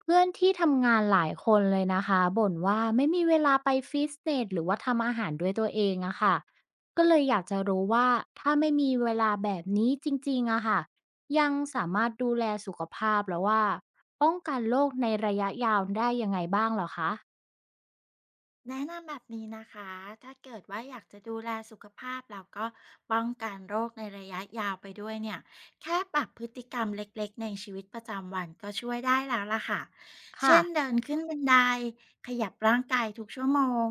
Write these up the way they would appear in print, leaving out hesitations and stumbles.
เพื่อนที่ทำงานหลายคนเลยนะคะบ่นว่าไม่มีเวลาไปฟิตเนสหรือว่าทำอาหารด้วยตัวเองอะค่ะก็เลยอยากจะรู้ว่าถ้าไม่มีเวลาแบบนี้จริงๆอะค่ะยังสามารถดูแลสุขภาพแล้วว่าป้องกันโรคในระยะยาวได้ยังไงบ้างเหรอคะแนะนำแบบนี้นะคะ ถ้าเกิดว่าอยากจะดูแลสุขภาพแล้วก็ป้องกันโรคในระยะยาวไปด้วยเนี่ย แค่ปรับพฤติกรรมเล็กๆในชีวิตประจำวันก็ช่วยได้แล้วล่ะค่ะ เช่ค่ะนเดินขึ้นบันไดขยับร่างกายทุกชั่วโมง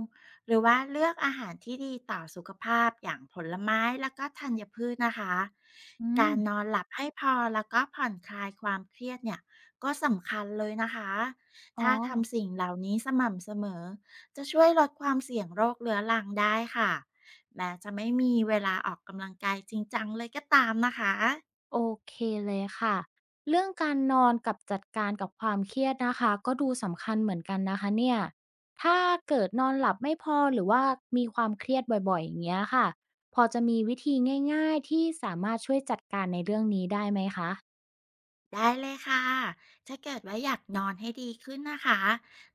หรือว่าเลือกอาหารที่ดีต่อสุขภาพอย่างผลไม้แล้วก็ธัญพืชนะคะ อืการนอมนหลับให้พอแล้วก็ผ่อนคลายความเครียดเนี่ยก็สำคัญเลยนะคะอ๋อ ถ้าทำสิ่งเหล่านี้สม่ำเสมอ จะช่วยลดความเสี่ยงโรคเรื้อรังได้ค่ะแม้จะไม่มีเวลาออกกำลังกายจริงจังเลยก็ตามนะคะ โอเคเลยค่ะเรื่องการนอนกับจัดการกับความเครียดนะคะก็ดูสำคัญเหมือนกันนะคะเนี่ยถ้าเกิดนอนหลับไม่พอหรือว่ามีความเครียดบ่อยๆอย่างเงี้ยค่ะพอจะมีวิธีง่ายๆที่สามารถช่วยจัดการในเรื่องนี้ได้ไหมคะได้เลยค่ะถ้าเกิดว่าอยากนอนให้ดีขึ้นนะคะ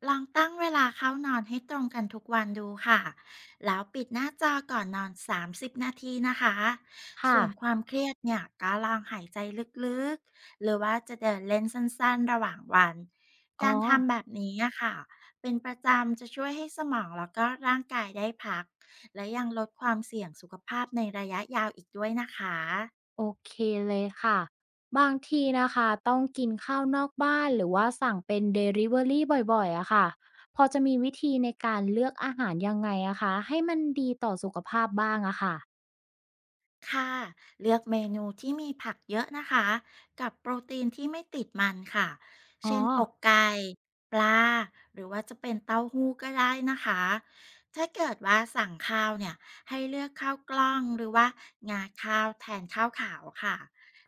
ลองตั้งเวลาเข้านอนให้ตรงกันทุกวันดูค่ะ แล้วปิดหน้าจอก่อนนอนส30นาทีนะคะค่ะส่วนความเครียดเนี่ยก็ลองหายใจลึกๆ หรือว่าจะเดินเล่นสั้นๆ ระหว่างวัน อ๋อ การทำแบบนี้อะค่ะ เป็นประจำจะช่วยให้สมองแล้วก็ร่างกายได้พักและยังลดความเสี่ยงสุขภาพในระยะยาวอีกด้วยนะคะ โอเคเลยค่ะบางทีนะคะต้องกินข้าวนอกบ้านหรือว่าสั่งเป็นเดลิเวอรี่บ่อยๆอะค่ะพอจะมีวิธีในการเลือกอาหารยังไงอะคะให้มันดีต่อสุขภาพบ้างอะค่ะค่ะเลือกเมนูที่มีผักเยอะนะคะกับโปรตีนที่ไม่ติดมันค่ะอ๋อเช่นอกไก่ปลาหรือว่าจะเป็นเต้าหู้ก็ได้นะคะถ้าเกิดว่าสั่งข้าวเนี่ยให้เลือกข้าวกล้องหรือว่างาข้าวแทนข้าวขาวค่ะ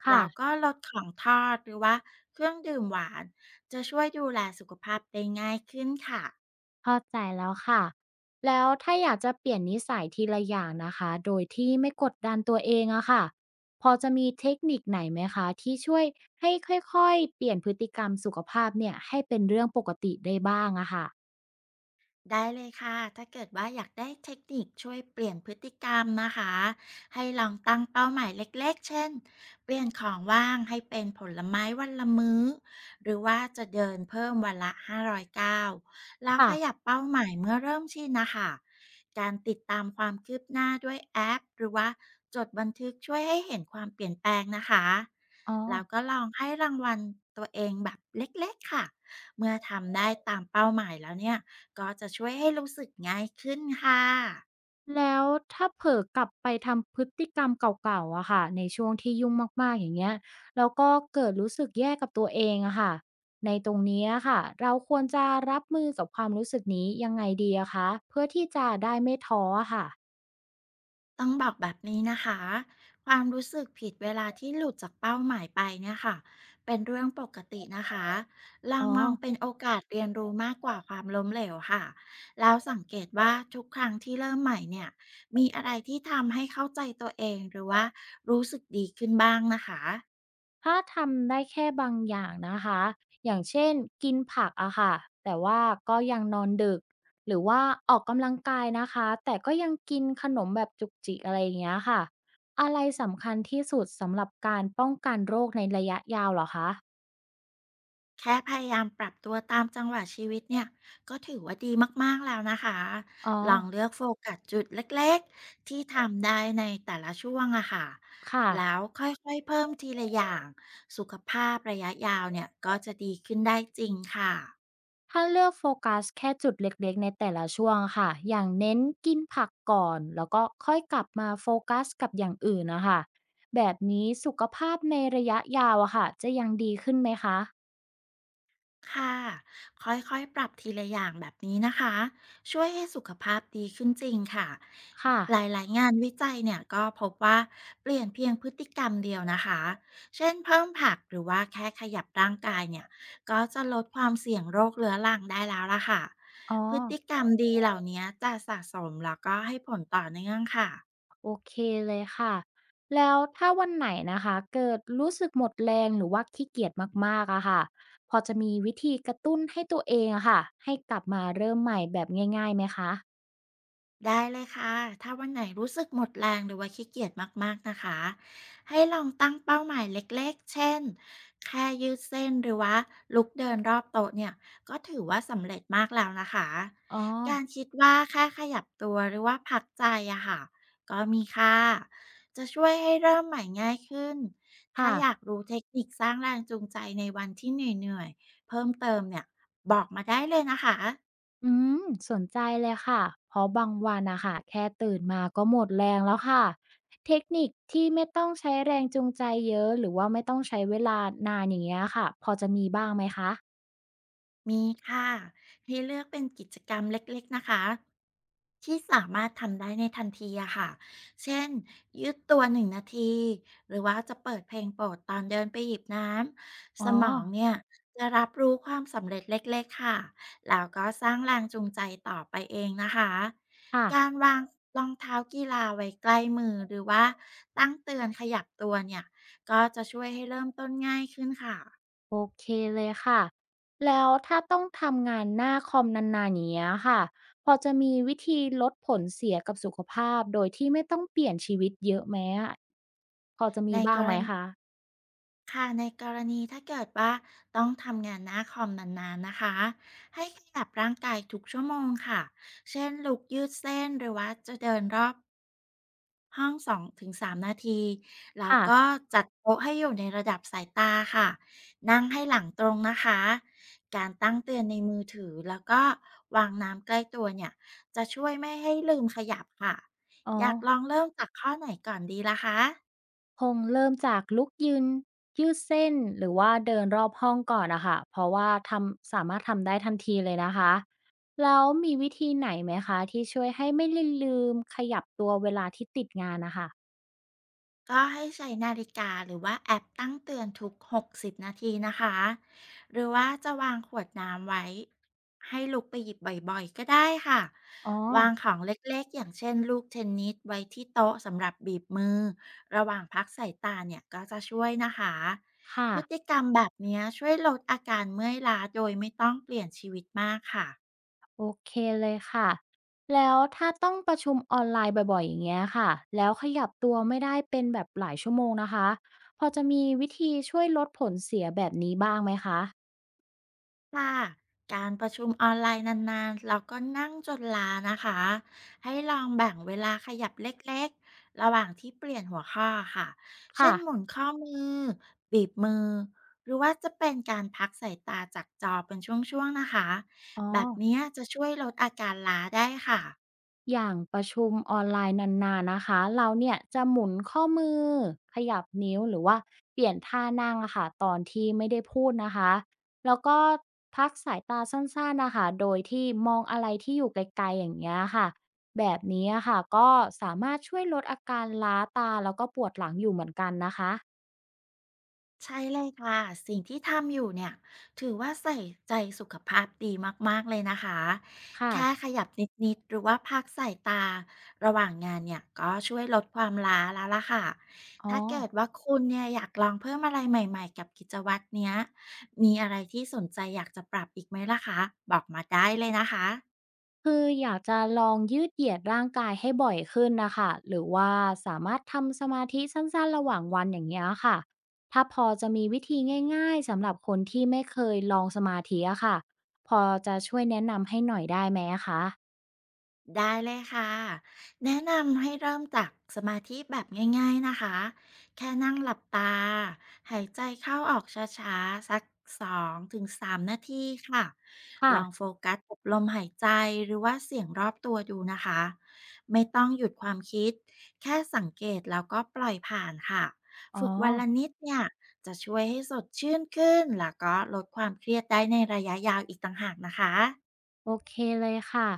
ค่ะแล้วก็ลดของทอดหรือว่าเครื่องดื่มหวานจะช่วยดูแลสุขภาพได้ง่ายขึ้นค่ะ เข้าใจแล้วค่ะแล้วถ้าอยากจะเปลี่ยนนิสัยทีละอย่างนะคะโดยที่ไม่กดดันตัวเองอะค่ะพอจะมีเทคนิคไหนไหมคะที่ช่วยให้ค่อยๆเปลี่ยนพฤติกรรมสุขภาพเนี่ยให้เป็นเรื่องปกติได้บ้างอะค่ะได้เลยค่ะถ้าเกิดว่าอยากได้เทคนิคช่วยเปลี่ยนพฤติกรรมนะคะ ให้ลองตั้งเป้าหมายเล็กๆ เช่น เปลี่ยนของว่างให้เป็นผลไม้วันละมื้อ หรือว่าจะเดินเพิ่มวันละ 5 0 9ก้าวแล้วขยัค่ะบเป้าหมายเมื่อเริ่มชินนะคะ การติดตามความคืบหน้าด้วยแอปหรือว่าจดบันทึกช่วยให้เห็นความเปลี่ยนแปลงนะคะ อ๋อ แล้วก็ลองให้รางวัลตัวเองแบบเล็กๆค่ะ เมื่อทำได้ตามเป้าหมายแล้วเนี่ยก็จะช่วยให้รู้สึกง่ายขึ้นค่ะแล้วถ้าเผลอกลับไปทำพฤติกรรมเก่าๆอะค่ะในช่วงที่ยุ่งมากๆอย่างเงี้ยแล้วก็เกิดรู้สึกแย่กับตัวเองอะค่ะในตรงนี้อะค่ะเราควรจะรับมือกับความรู้สึกนี้ยังไงดีอะคะเพื่อที่จะได้ไม่ท้ออะค่ะต้องบอกแบบนี้นะคะความรู้สึกผิดเวลาที่หลุดจากเป้าหมายไปเนี่ยค่ะเป็นเรื่องปกตินะคะลออ๋อ งมองเป็นโอกาสเรียนรู้มากกว่าความล้มเหลวค่ะแล้วสังเกตว่าทุกครั้งที่เริ่มใหม่เนี่ยมีอะไรที่ทำให้เข้าใจตัวเองหรือว่ารู้สึกดีขึ้นบ้างนะคะ ถ้าทำได้แค่บางอย่างนะคะ อย่างเช่นกินผักอะค่ะ แต่ว่าก็ยังนอนดึก หรือว่าออกกำลังกายนะคะ แต่ก็ยังกินขนมแบบจุกจิกอะไรอย่างเงี้ยค่ะ อะไรสำคัญที่สุดสำหรับการป้องกันโรคในระยะยาวเหรอคะแค่พยายามปรับตัวตามจังหวะชีวิตเนี่ยก็ถือว่าดีมากๆแล้วนะคะอ๋อลองเลือกโฟกัสจุดเล็กๆที่ทำได้ในแต่ละช่วงอะค่ะค่ะ แล้วค่อยๆเพิ่มทีละอย่างสุขภาพระยะยาวเนี่ยก็จะดีขึ้นได้จริงค่ะ ถ้าเลือกโฟกัสแค่จุดเล็กๆในแต่ละช่วงค่ะ อย่างเน้นกินผักก่อนแล้วก็ค่อยกลับมาโฟกัสกับอย่างอื่นนะคะแบบนี้สุขภาพในระยะยาวอะค่ะจะยังดีขึ้นไหมคะ ค่ะค่อยๆปรับทีละอย่างแบบนี้นะคะช่วยให้สุขภาพดีขึ้นจริงค่ะค่ะหลายๆ งานวิจัยเนี่ยก็พบว่าเปลี่ยนเพียงพฤติกรรมเดียวนะคะเช่นเพิ่มผักหรือว่าแค่ขยับร่างกายเนี่ยก็จะลดความเสี่ยงโรคเรื้อรังได้แล้วล่ะค่ะอ๋อพฤติกรรมดีเหล่านี้จะสะสมแล้วก็ให้ผลต่อเนื่องค่ะ โอเคเลยค่ะ แล้วถ้าวันไหนนะคะเกิดรู้สึกหมดแรงหรือว่าขี้เกียจมากๆอะค่ะพอจะมีวิธีกระตุ้นให้ตัวเองอะค่ะให้กลับมาเริ่มใหม่แบบง่ายๆไหมคะได้เลยค่ะถ้าวันไหนรู้สึกหมดแรงหรือว่าขี้เกียจมากๆนะคะ ให้ลองตั้งเป้าหมายเล็กๆเช่นแค่ยืดเส้นหรือว่าลุกเดินรอบโต๊ะเนี่ยก็ถือว่าสำเร็จมากแล้วนะคะ อ๋อการคิดว่าแค่ขยับตัวหรือว่าพักใจอะค่ะก็มีค่าจะช่วยให้เริ่มใหม่ง่ายขึ้น ถ้าค่ะ อยากรู้เทคนิคสร้างแรงจูงใจในวันที่เหนื่อยๆเพิ่มเติมเนี่ยบอกมาได้เลยนะคะ อืมสนใจเลยค่ะเพราะบางวันอะค่ะแค่ตื่นมาก็หมดแรงแล้วค่ะเทคนิคที่ไม่ต้องใช้แรงจูงใจเยอะหรือว่าไม่ต้องใช้เวลานานอย่างเงี้ยค่ะพอจะมีบ้างไหมคะมีค่ะให้เลือกเป็นกิจกรรมเล็กๆนะคะที่สามารถทำได้ในทันทีอะค่ะเช่นยืดตัวหนึ่งนาทีหรือว่าจะเปิดเพลงโปรดตอนเดินไปหยิบน้ำอ๋สอมองเนี่ยจะรับรู้ความสำเร็จเล็กๆค่ะแล้วก็สร้างแรงจูงใจต่อไปเองนะคะค่ะการวางรองเท้ากีฬาไว้ใกล้มือหรือว่าตั้งเตือนขยับตัวเนี่ยก็จะช่วยให้เริ่มต้นง่ายขึ้นค่ะโอเคเลยค่ะแล้วถ้าต้องทำงานหน้าคอมนานๆอย่างเงี้ยค่ะพอจะมีวิธีลดผลเสียกับสุขภาพโดยที่ไม่ต้องเปลี่ยนชีวิตเยอะไหมอะพอจะในมีกบ้างรไหมณี คะในกรณีถ้าเกิดว่าต้องทำงานหน้าคอมนานๆนะคะให้ขยับร่างกายทุกชั่วโมงค่ะเช่นลุกยืดเส้นหรือว่าจะเดินรอบห้อง2-3นาทีแล้วค่ะก็จัดโต๊ะให้อยู่ในระดับสายตาค่ะนั่งให้หลังตรงนะคะการตั้งเตือนในมือถือแล้วก็วางน้ำใกล้ตัวเนี่ยจะช่วยไม่ให้ลืมขยับค่ะอ๋อ อยากลองเริ่มจากข้อไหนก่อนดีล่ะคะ คงเริ่มจากลุกยืนยืดเส้นหรือว่าเดินรอบห้องก่อนนะคะเพราะว่าสามารถทำได้ทันทีเลยนะคะแล้วมีวิธีไหนไหมคะที่ช่วยให้ไม่ลืมขยับตัวเวลาที่ติดงานนะคะก็ให้ใช้นาฬิกาหรือว่าแอปตั้งเตือนทุก60นาทีนะคะหรือว่าจะวางขวดน้ำไว้ให้ลุกไปหยิบบ่อยๆก็ได้ค่ะอ๋อวางของเล็กๆอย่างเช่นลูกเทนนิสไว้ที่โต๊ะสำหรับบีบมือระหว่างพักสายตาเนี่ยก็จะช่วยนะคะค่ะพฤติกรรมแบบเนี้ยช่วยลดอาการเมื่อยล้าโดยไม่ต้องเปลี่ยนชีวิตมากค่ะ โอเคเลยค่ะแล้วถ้าต้องประชุมออนไลน์บ่อยๆอย่างเงี้ยค่ะแล้วขยับตัวไม่ได้เป็นแบบหลายชั่วโมงนะคะพอจะมีวิธีช่วยลดผลเสียแบบนี้บ้างไหมคะค่ะการประชุมออนไลน์นานๆเราก็นั่งจนลานะคะให้ลองแบ่งเวลาขยับเล็กๆระหว่างที่เปลี่ยนหัวข้อค่ะเช่ค่ะนหมุนข้อมือบีบมือหรือว่าจะเป็นการพักสายตาจากจอเป็นช่วงๆนะคะอ๋อ แบบเนี้ยจะช่วยลดอาการล้าได้ค่ะ อย่างประชุมออนไลน์นานๆนะคะ เราเนี่ยจะหมุนข้อมือขยับนิ้วหรือว่าเปลี่ยนท่านั่งอะค่ะตอนที่ไม่ได้พูดนะคะแล้วก็พักสายตาสั้นๆนะคะโดยที่มองอะไรที่อยู่ไกลๆอย่างเงี้ยค่ะแบบนี้อะค่ะก็สามารถช่วยลดอาการล้าตาแล้วก็ปวดหลังอยู่เหมือนกันนะคะใช่เลยค่ะสิ่งที่ทำอยู่เนี่ยถือว่าใส่ใจสุขภาพดีมากๆเลยนะคะค่ะแค่ขยับนิดๆหรือว่าพักสายตาระหว่างงานเนี่ยก็ช่วยลดความล้าแล้วล่ะค่ะอ๋อ ถ้าเกิดว่าคุณเนี่ยอยากลองเพิ่มอะไรใหม่ๆกับกิจวัตรเนี้ยมีอะไรที่สนใจอยากจะปรับอีกไหมล่ะคะบอกมาได้เลยนะคะ คืออยากจะลองยืดเหยียดร่างกายให้บ่อยขึ้นนะคะหรือว่าสามารถทำสมาธิสั้นๆระหว่างวันอย่างเงี้ยค่ะถ้าพอจะมีวิธีง่ายๆสำหรับคนที่ไม่เคยลองสมาธิอะค่ะพอจะช่วยแนะนำให้หน่อยได้ไหมอะคะได้เลยค่ะ แนะนำให้เริ่มจากสมาธิแบบง่ายๆนะคะ แค่นั่งหลับตา หายใจเข้าออกช้าๆสัก2-3 นาทีค่ะ ค่ะลองโฟกัสกับลมหายใจหรือว่าเสียงรอบตัวดูนะคะ ไม่ต้องหยุดความคิด แค่สังเกตแล้วก็ปล่อยผ่านค่ะ อ๋อฝึกวันละนิดเนี่ยจะช่วยให้สดชื่นขึ้นแล้วก็ลดความเครียดได้ในระยะยาวอีกต่างหากนะคะ โอเคเลยค่ะ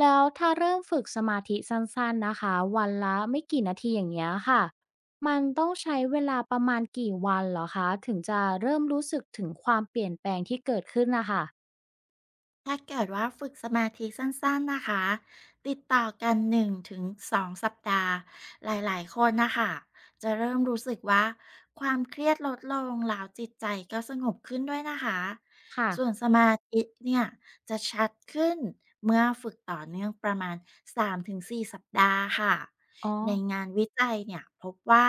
แล้วถ้าเริ่มฝึกสมาธิสั้นๆนะคะวันละไม่กี่นาทีอย่างเงี้ยค่ะมันต้องใช้เวลาประมาณกี่วันเหรอคะถึงจะเริ่มรู้สึกถึงความเปลี่ยนแปลงที่เกิดขึ้นนะคะ ถ้าเกิดว่าฝึกสมาธิสั้นๆนะคะติดต่อกัน1-2 สัปดาห์หลายๆคนนะคะจะเริ่มรู้สึกว่าความเครียดลดลงแล้วจิตใจก็สงบขึ้นด้วยนะคะค่ะ ส่วนสมาธิเนี่ยจะชัดขึ้นเมื่อฝึกต่อเนื่องประมาณ3-4สสัปดาห์ค่ะอ๋อในงานวิจัยเนี่ยพบว่า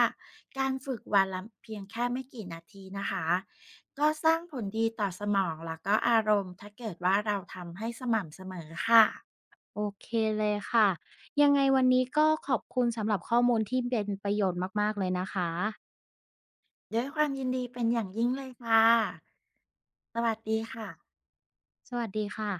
การฝึกวันละเพียงแค่ไม่กี่นาทีนะคะ ก็สร้างผลดีต่อสมองแล้วก็อารมณ์ถ้าเกิดว่าเราทำให้สม่ำเสมอค่ะโอเคเลยค่ะ ยังไงวันนี้ก็ขอบคุณสำหรับข้อมูลที่เป็นประโยชน์มากๆเลยนะคะ ด้วยความยินดีเป็นอย่างยิ่งเลยค่ะสวัสดีค่ะสวัสดีค่ะ